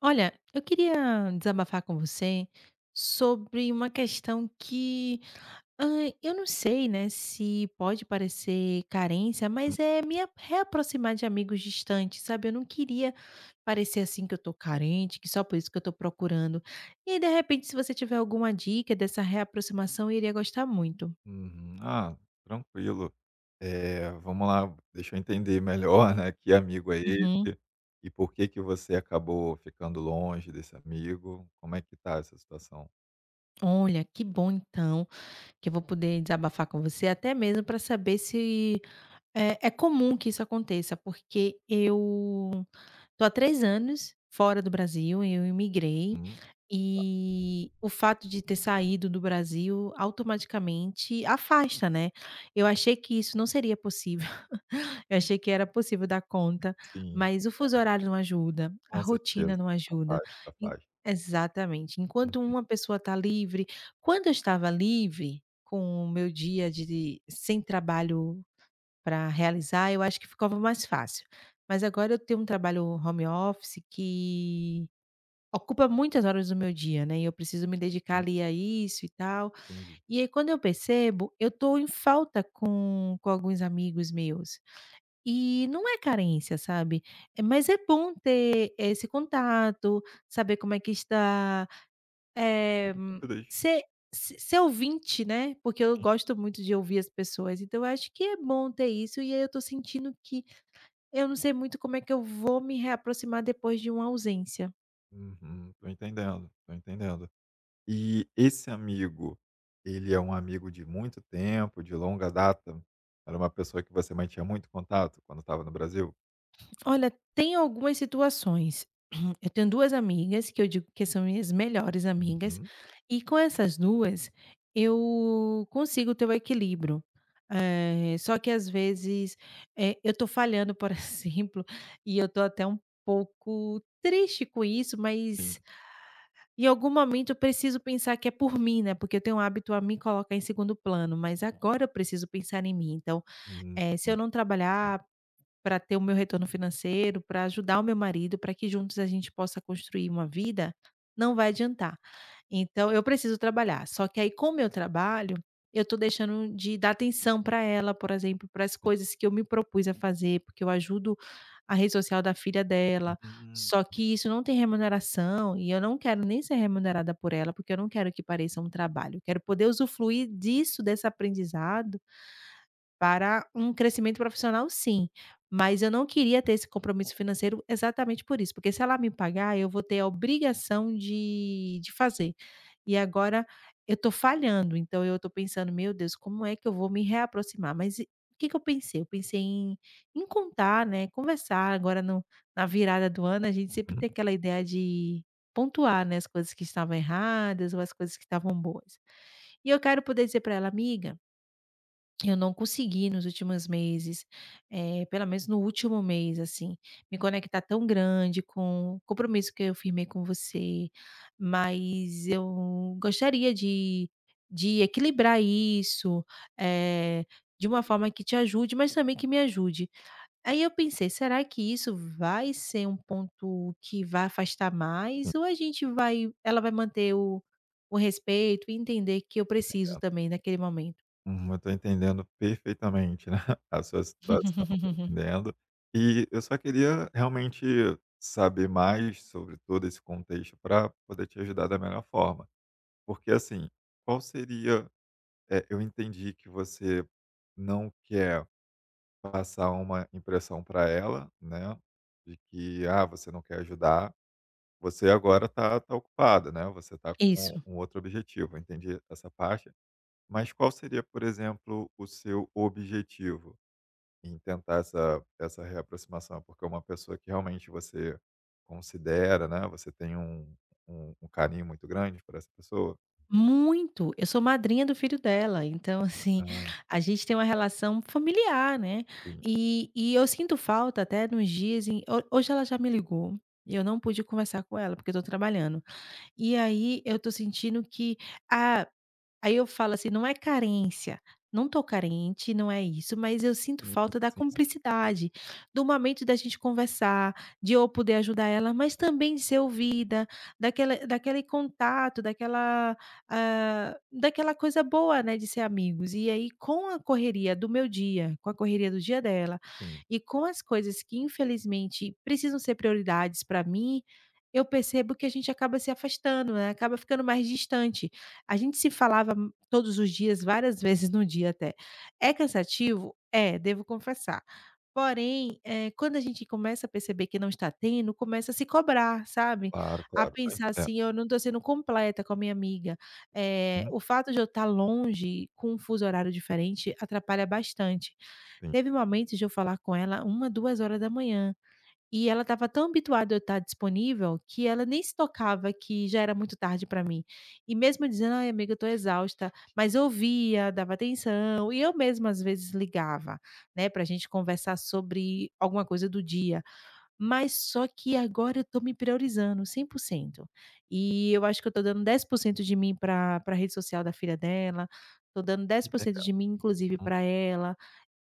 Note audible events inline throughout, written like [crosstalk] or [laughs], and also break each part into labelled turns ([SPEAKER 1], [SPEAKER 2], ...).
[SPEAKER 1] Olha, eu queria desabafar com você sobre uma questão que eu não sei, né, se pode parecer carência,
[SPEAKER 2] Hum,
[SPEAKER 1] mas é me reaproximar de amigos distantes, sabe? Eu não queria parecer assim que eu tô carente, que só por isso que eu tô procurando. E aí, de repente, se você tiver alguma dica dessa reaproximação, eu iria gostar muito.
[SPEAKER 2] uhum. Ah, tranquilo. Vamos lá, deixa eu entender melhor, [laughs] né, que amigo é
[SPEAKER 1] Uhum.
[SPEAKER 2] esse e por que que você acabou ficando longe desse amigo? Como é que tá essa situação?
[SPEAKER 1] Olha, que bom então que eu vou poder desabafar com você, até mesmo para saber se é, é comum que isso aconteça, porque eu tô há 3 anos fora do Brasil, eu imigrei,
[SPEAKER 2] Uhum.
[SPEAKER 1] e o fato de ter saído do Brasil automaticamente afasta, né. Eu achei que isso não seria possível, [laughs] eu achei que era possível dar conta,
[SPEAKER 2] Sim,
[SPEAKER 1] mas o fuso horário não ajuda, a
[SPEAKER 2] com certeza.
[SPEAKER 1] rotina não ajuda.
[SPEAKER 2] Capaz,
[SPEAKER 1] En
[SPEAKER 2] capaz.
[SPEAKER 1] Exatamente, enquanto
[SPEAKER 2] Uhum,
[SPEAKER 1] uma pessoa está livre, quando eu estava livre, com o meu dia de sem trabalho para realizar, eu acho que ficava mais fácil. Mas agora eu tenho um trabalho home office que ocupa muitas horas do meu dia, né, e eu preciso me dedicar
[SPEAKER 2] hum,
[SPEAKER 1] ali a isso e tal.
[SPEAKER 2] entendi.
[SPEAKER 1] E aí quando eu percebo, eu tô em falta com alguns amigos meus. E não é carência, sabe, mas é bom ter esse contato, saber como é que está, eh,
[SPEAKER 2] Dúvidas.
[SPEAKER 1] ser se ser ouvinte, né, porque eu gosto muito de ouvir as pessoas, então eu acho que é bom ter isso, e aí eu tô sentindo que eu não sei muito como é que eu vou me reaproximar depois de uma ausência.
[SPEAKER 2] Uhum, tô entendendo. E esse amigo, ele é um amigo de muito tempo, de longa data? Era uma pessoa que você mantinha muito contato quando estava no Brasil?
[SPEAKER 1] Olha, tem algumas situações. Eu tenho 2 amigas que eu digo que são minhas melhores amigas,
[SPEAKER 2] Uhum,
[SPEAKER 1] e com essas 2 eu consigo ter o equilíbrio. Só que às vezes, eu tô falhando, por [laughs] exemplo, e eu tô até um pouco triste com isso,
[SPEAKER 2] sim.
[SPEAKER 1] mas em algum momento eu preciso pensar que é por mim, né, porque eu tenho o hábito a me colocar em segundo plano, mas agora eu preciso pensar em mim. Então
[SPEAKER 2] Hum,
[SPEAKER 1] Se
[SPEAKER 2] hum,
[SPEAKER 1] eu não
[SPEAKER 2] sim.
[SPEAKER 1] trabalhar para ter o meu retorno financeiro, para ajudar o meu marido, para que juntos a gente possa construir uma vida, não vai adiantar. Então eu preciso trabalhar, só que aí com o meu trabalho, eu estou deixando de dar atenção para ela, por exemplo, para as coisas que eu me propus a fazer, porque eu ajudo a rede social da filha dela, só
[SPEAKER 2] Entendi.
[SPEAKER 1] que isso não tem remuneração e eu não quero nem ser remunerada por ela, porque eu não quero que pareça um trabalho, eu quero poder usufruir disso, desse aprendizado para um crescimento profissional sim, mas eu não queria ter esse compromisso financeiro exatamente por isso, porque se ela me pagar, eu vou ter a obrigação de fazer. E agora eu estou falhando, então eu estou pensando: "Meu Deus, como é que eu vou me reaproximar?". Mas e o que que eu pensei? Eu pensei em contar, né, conversar agora no na virada do ano, a gente sempre tem aquela ideia de pontuar, né, as coisas que estavam erradas ou as coisas que estavam boas. E eu quero poder dizer para ela: "Amiga, eu não consegui nos últimos meses, pelo menos no último mês, assim, me conectar tão grande com o compromisso que eu firmei com você, mas eu gostaria de equilibrar isso, eh, de uma forma que te ajude, mas também que me ajude." Aí eu pensei: "Será que isso vai ser um ponto que vai afastar
[SPEAKER 2] Uhum,
[SPEAKER 1] mais ou
[SPEAKER 2] tô
[SPEAKER 1] a gente vai, ela vai manter o respeito e entender que eu preciso
[SPEAKER 2] entendendo.
[SPEAKER 1] também naquele momento?"
[SPEAKER 2] Eu tô entendendo perfeitamente, né, [laughs] a sua situação, tô
[SPEAKER 1] [laughs]
[SPEAKER 2] entendendo. E eu só queria realmente saber mais sobre todo esse contexto para poder te ajudar da melhor forma. Porque, assim, qual seria eu entendi que você não quer passar uma impressão para ela, né, de que, ah, você não quer ajudar. Você agora está ocupada, né, você está com
[SPEAKER 1] Isso,
[SPEAKER 2] um outro objetivo, eu entendi essa parte. Mas qual seria, por exemplo, o seu objetivo em tentar essa reaproximação? Porque uma pessoa que realmente você considera, né, você tem um um carinho muito grande por essa pessoa?
[SPEAKER 1] muito. Eu sou madrinha do filho dela, então assim,
[SPEAKER 2] Ah,
[SPEAKER 1] a gente tem uma relação familiar, né.
[SPEAKER 2] sim,
[SPEAKER 1] E eu sinto falta até nos dias em ho hoje ela já me ligou e eu não pude conversar com ela, porque eu tô trabalhando. E aí eu tô sentindo que, ah aí eu falo assim, não é carência, não tô carente, não é isso, mas eu sinto
[SPEAKER 2] sim,
[SPEAKER 1] falta da
[SPEAKER 2] sim, sim,
[SPEAKER 1] cumplicidade, do momento da gente conversar, de eu poder ajudar ela, mas também de ser ouvida, daquela daquele contato, daquela, daquela coisa boa, né, de ser amigos. E aí com a correria do meu dia, com a correria do dia dela,
[SPEAKER 2] sim.
[SPEAKER 1] e com as coisas que infelizmente precisam ser prioridades para mim, eu percebo que a gente acaba se afastando, né, acaba ficando mais distante. A gente se falava m todos os dias, várias vezes no dia até. É cansativo? É, devo confessar. Porém, quando a gente começa a perceber que não está tendo, começa a se cobrar, sabe.
[SPEAKER 2] Claro,
[SPEAKER 1] A
[SPEAKER 2] claro, tô
[SPEAKER 1] pensar
[SPEAKER 2] entendendo.
[SPEAKER 1] assim: "Eu não estou sendo completa com a minha amiga".
[SPEAKER 2] Uhum,
[SPEAKER 1] O fato de eu estar longe, com um fuso horário diferente, atrapalha bastante.
[SPEAKER 2] sim,
[SPEAKER 1] Teve momentos de eu falar com ela uma, 2 horas da manhã. E ela estava tão habituada a eu estar disponível, que ela nem se tocava que já era muito tarde para mim. E mesmo eu dizendo: "Ai, amiga, eu tô exausta", mas eu ouvia, dava atenção, e eu mesma às vezes ligava, né, pra gente conversar sobre alguma coisa do dia. Mas só que agora eu tô me priorizando 100%. E eu acho que eu tô dando 10% de mim para a rede social da filha dela, tô dando
[SPEAKER 2] tô
[SPEAKER 1] 10% de
[SPEAKER 2] entendendo.
[SPEAKER 1] mim inclusive para ela,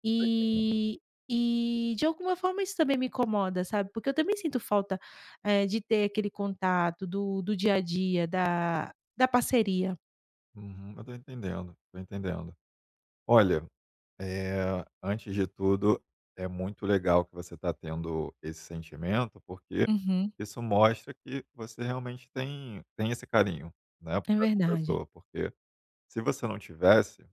[SPEAKER 1] e e de alguma forma isso também me incomoda, sabe, porque eu também sinto falta, de ter aquele contato do dia a dia, da parceria.
[SPEAKER 2] Uhum, eu tô entendendo, tô entendendo. Olha. Antes de tudo, é muito legal que você está tendo esse sentimento, porque
[SPEAKER 1] Uhum.
[SPEAKER 2] isso mostra que você realmente tem esse carinho, né,
[SPEAKER 1] É
[SPEAKER 2] por essa
[SPEAKER 1] verdade,
[SPEAKER 2] pessoa, porque se você não tivesse,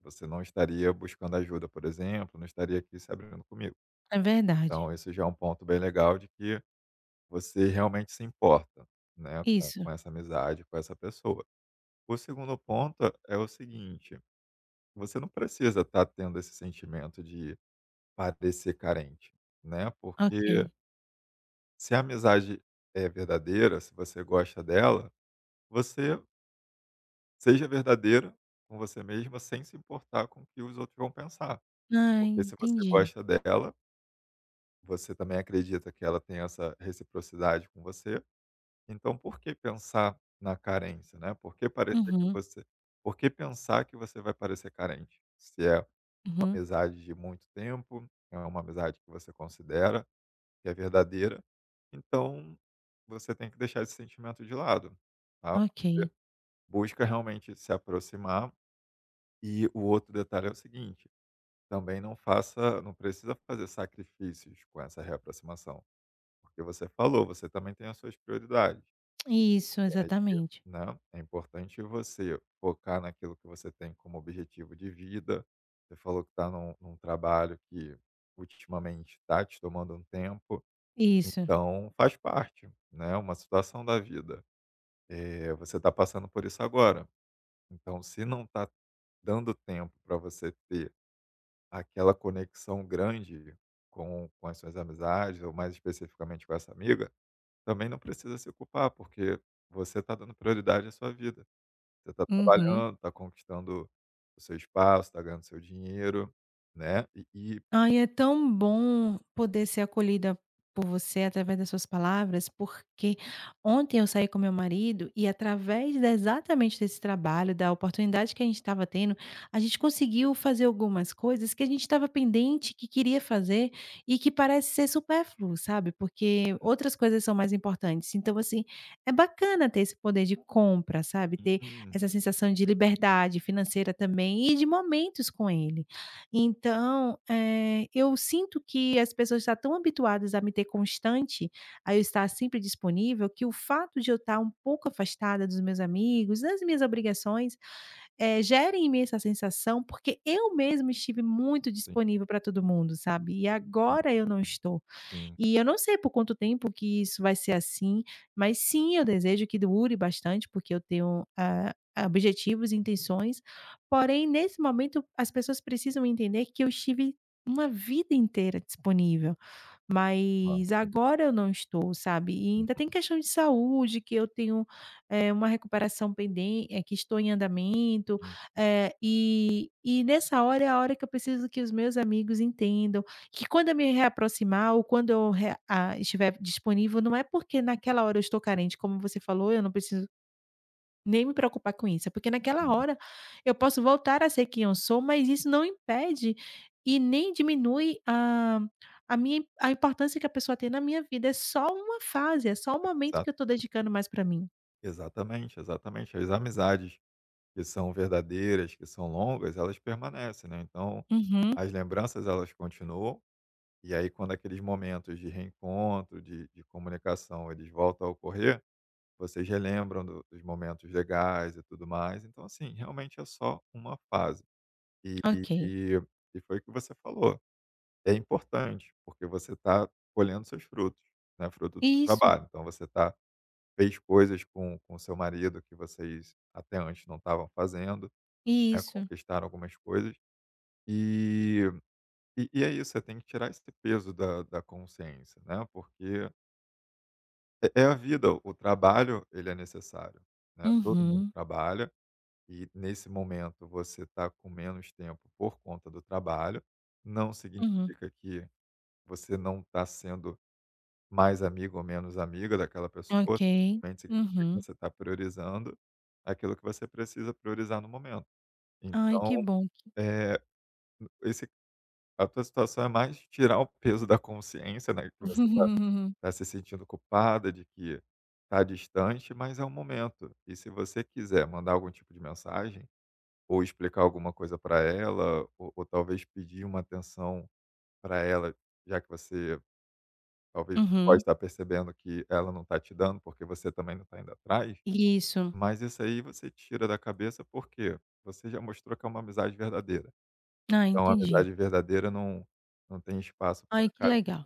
[SPEAKER 2] você não estaria buscando ajuda, por exemplo, não estaria aqui se abrindo comigo.
[SPEAKER 1] é verdade.
[SPEAKER 2] Então esse já é um ponto bem legal de que você realmente se importa, né, com
[SPEAKER 1] Isso,
[SPEAKER 2] essa amizade, com essa pessoa. O segundo ponto é o seguinte, você não precisa estar tendo esse sentimento de parecer carente, né, porque
[SPEAKER 1] ok.
[SPEAKER 2] se a amizade é verdadeira, se você gosta dela, você seja verdadeira com você mesma sem se importar com o que os outros vão pensar.
[SPEAKER 1] Ah,
[SPEAKER 2] Porque se você
[SPEAKER 1] entendi.
[SPEAKER 2] gosta dela, você também acredita que ela tem essa reciprocidade com você, então por que pensar na carência, né, por que parecer que
[SPEAKER 1] Uhum,
[SPEAKER 2] você, por que pensar que você vai parecer carente? Se é uma
[SPEAKER 1] uhum,
[SPEAKER 2] amizade de muito tempo, é uma amizade que você considera, que é verdadeira. Então, você tem que deixar esse sentimento de lado, tá?
[SPEAKER 1] ok.
[SPEAKER 2] Você busca realmente se aproximar. E o outro detalhe é o seguinte, também não precisa fazer sacrifícios com essa reaproximação, porque você falou, você também tem as suas prioridades.
[SPEAKER 1] Isso,
[SPEAKER 2] E aí,
[SPEAKER 1] exatamente.
[SPEAKER 2] né, é importante você focar naquilo que você tem como objetivo de vida. Você falou que está num trabalho que ultimamente está te tomando um tempo.
[SPEAKER 1] Isso.
[SPEAKER 2] Então faz parte, né, uma situação da vida. Você está passando por isso agora, então se não está dando tempo para você ter aquela conexão grande com as suas amizades, ou mais especificamente com essa amiga, também não precisa se culpar, porque você está dando prioridade à sua vida. Você está
[SPEAKER 1] Uhum.
[SPEAKER 2] trabalhando, está conquistando o seu espaço, está ganhando seu dinheiro, né, e
[SPEAKER 1] Ai, é tão bom poder ser acolhida por você através das suas palavras, porque ontem eu saí com meu marido e através da exatamente desse trabalho, da oportunidade que a gente estava tendo, a gente conseguiu fazer algumas coisas que a gente estava pendente, que queria fazer e que parece ser supérfluo, sabe, porque outras coisas são mais importantes. Então, assim, é bacana ter esse poder de compra, sabe, ter
[SPEAKER 2] uhum.
[SPEAKER 1] essa sensação de liberdade financeira também e de momentos com ele. Então, eu sinto que as pessoas estão tão habituadas a me ter constante, a eu estar sempre disponível, que o fato de eu estar um pouco afastada dos meus amigos, das minhas obrigações, gera em mim essa sensação, porque eu mesma estive muito
[SPEAKER 2] Sim,
[SPEAKER 1] disponível para todo mundo, sabe, e
[SPEAKER 2] sim,
[SPEAKER 1] agora eu não estou.
[SPEAKER 2] sim,
[SPEAKER 1] E eu não sei por quanto tempo que isso vai ser assim, mas sim, eu desejo que dure bastante, porque eu tenho, objetivos e intenções, porém, nesse momento, as pessoas precisam entender que eu estive uma vida inteira disponível.
[SPEAKER 2] claro.
[SPEAKER 1] Mas agora eu não estou, sabe. E ainda tem questão de saúde que eu tenho, uma recuperação pendente, que estou em andamento, e nessa hora é a hora que eu preciso que os meus amigos entendam que quando eu me reaproximar ou quando eu re estiver disponível, não é porque naquela hora eu estou carente, como você falou, eu não preciso nem me preocupar com isso, porque naquela hora eu posso voltar a ser quem eu sou, mas isso não impede e nem diminui a minha a importância que a pessoa tem na minha vida. É só uma fase, é só um momento
[SPEAKER 2] Exato.
[SPEAKER 1] que eu estou dedicando mais para mim.
[SPEAKER 2] Exatamente, exatamente. As amizades que são verdadeiras, que são longas, elas permanecem, né? Então,
[SPEAKER 1] Uhum,
[SPEAKER 2] as lembranças elas continuam, e aí quando aqueles momentos de reencontro, de comunicação, eles voltam a ocorrer, vocês relembram do- dos momentos legais e tudo mais. Então, assim, realmente é só uma fase. E, e,
[SPEAKER 1] ok.
[SPEAKER 2] e e foi o que você falou. É importante, porque você está colhendo seus frutos, né? Fruto do seu
[SPEAKER 1] Isso,
[SPEAKER 2] trabalho. Então, você está. Fez coisas com o seu marido que vocês até antes não estavam fazendo, né,
[SPEAKER 1] isso.
[SPEAKER 2] conquistaram algumas coisas. E é isso, você tem que tirar esse peso da consciência, né, porque é a vida, o trabalho ele é necessário, né, todo mundo
[SPEAKER 1] Uhum,
[SPEAKER 2] trabalha e nesse momento você está com menos tempo por conta do trabalho, não
[SPEAKER 1] uhum.
[SPEAKER 2] significa que você não está sendo mais amigo ou menos amiga daquela pessoa,
[SPEAKER 1] Ok.
[SPEAKER 2] simplesmente significa que
[SPEAKER 1] Uhum.
[SPEAKER 2] você está priorizando aquilo que você precisa priorizar no momento.
[SPEAKER 1] Ai,
[SPEAKER 2] Então,
[SPEAKER 1] que bom.
[SPEAKER 2] eh, esse, a tua situação é mais tirar o peso da consciência, né, que você está
[SPEAKER 1] [laughs]
[SPEAKER 2] tá se sentindo culpada de que está distante, mas é um momento. E se você quiser mandar algum tipo de mensagem, ou explicar alguma coisa para ela, ou talvez pedir uma atenção para ela, já que você. Talvez você pode
[SPEAKER 1] Uhum.
[SPEAKER 2] estar percebendo que ela não está te dando, porque você também não está indo atrás,
[SPEAKER 1] Isso.
[SPEAKER 2] mas isso aí você tira da cabeça, porque você já mostrou que é uma amizade verdadeira.
[SPEAKER 1] Ah,
[SPEAKER 2] Então a
[SPEAKER 1] entendi.
[SPEAKER 2] amizade verdadeira não tem espaço
[SPEAKER 1] Ai,
[SPEAKER 2] para
[SPEAKER 1] que
[SPEAKER 2] carência.
[SPEAKER 1] legal.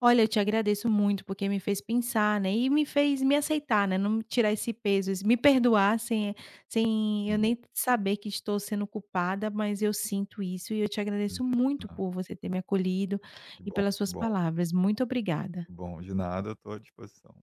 [SPEAKER 1] Olha, eu te agradeço muito, porque me fez pensar, né, e me fez me aceitar, né, não me tirar esse peso, esse me perdoar sem sem eu
[SPEAKER 2] Uhum.
[SPEAKER 1] nem saber que estou sendo culpada, mas eu sinto isso e eu te agradeço muito
[SPEAKER 2] Ah,
[SPEAKER 1] por você ter me acolhido
[SPEAKER 2] que
[SPEAKER 1] e
[SPEAKER 2] bom,
[SPEAKER 1] pelas
[SPEAKER 2] que
[SPEAKER 1] suas
[SPEAKER 2] bom,
[SPEAKER 1] palavras. Muito
[SPEAKER 2] que
[SPEAKER 1] obrigada.
[SPEAKER 2] bom. De nada, eu estou à disposição.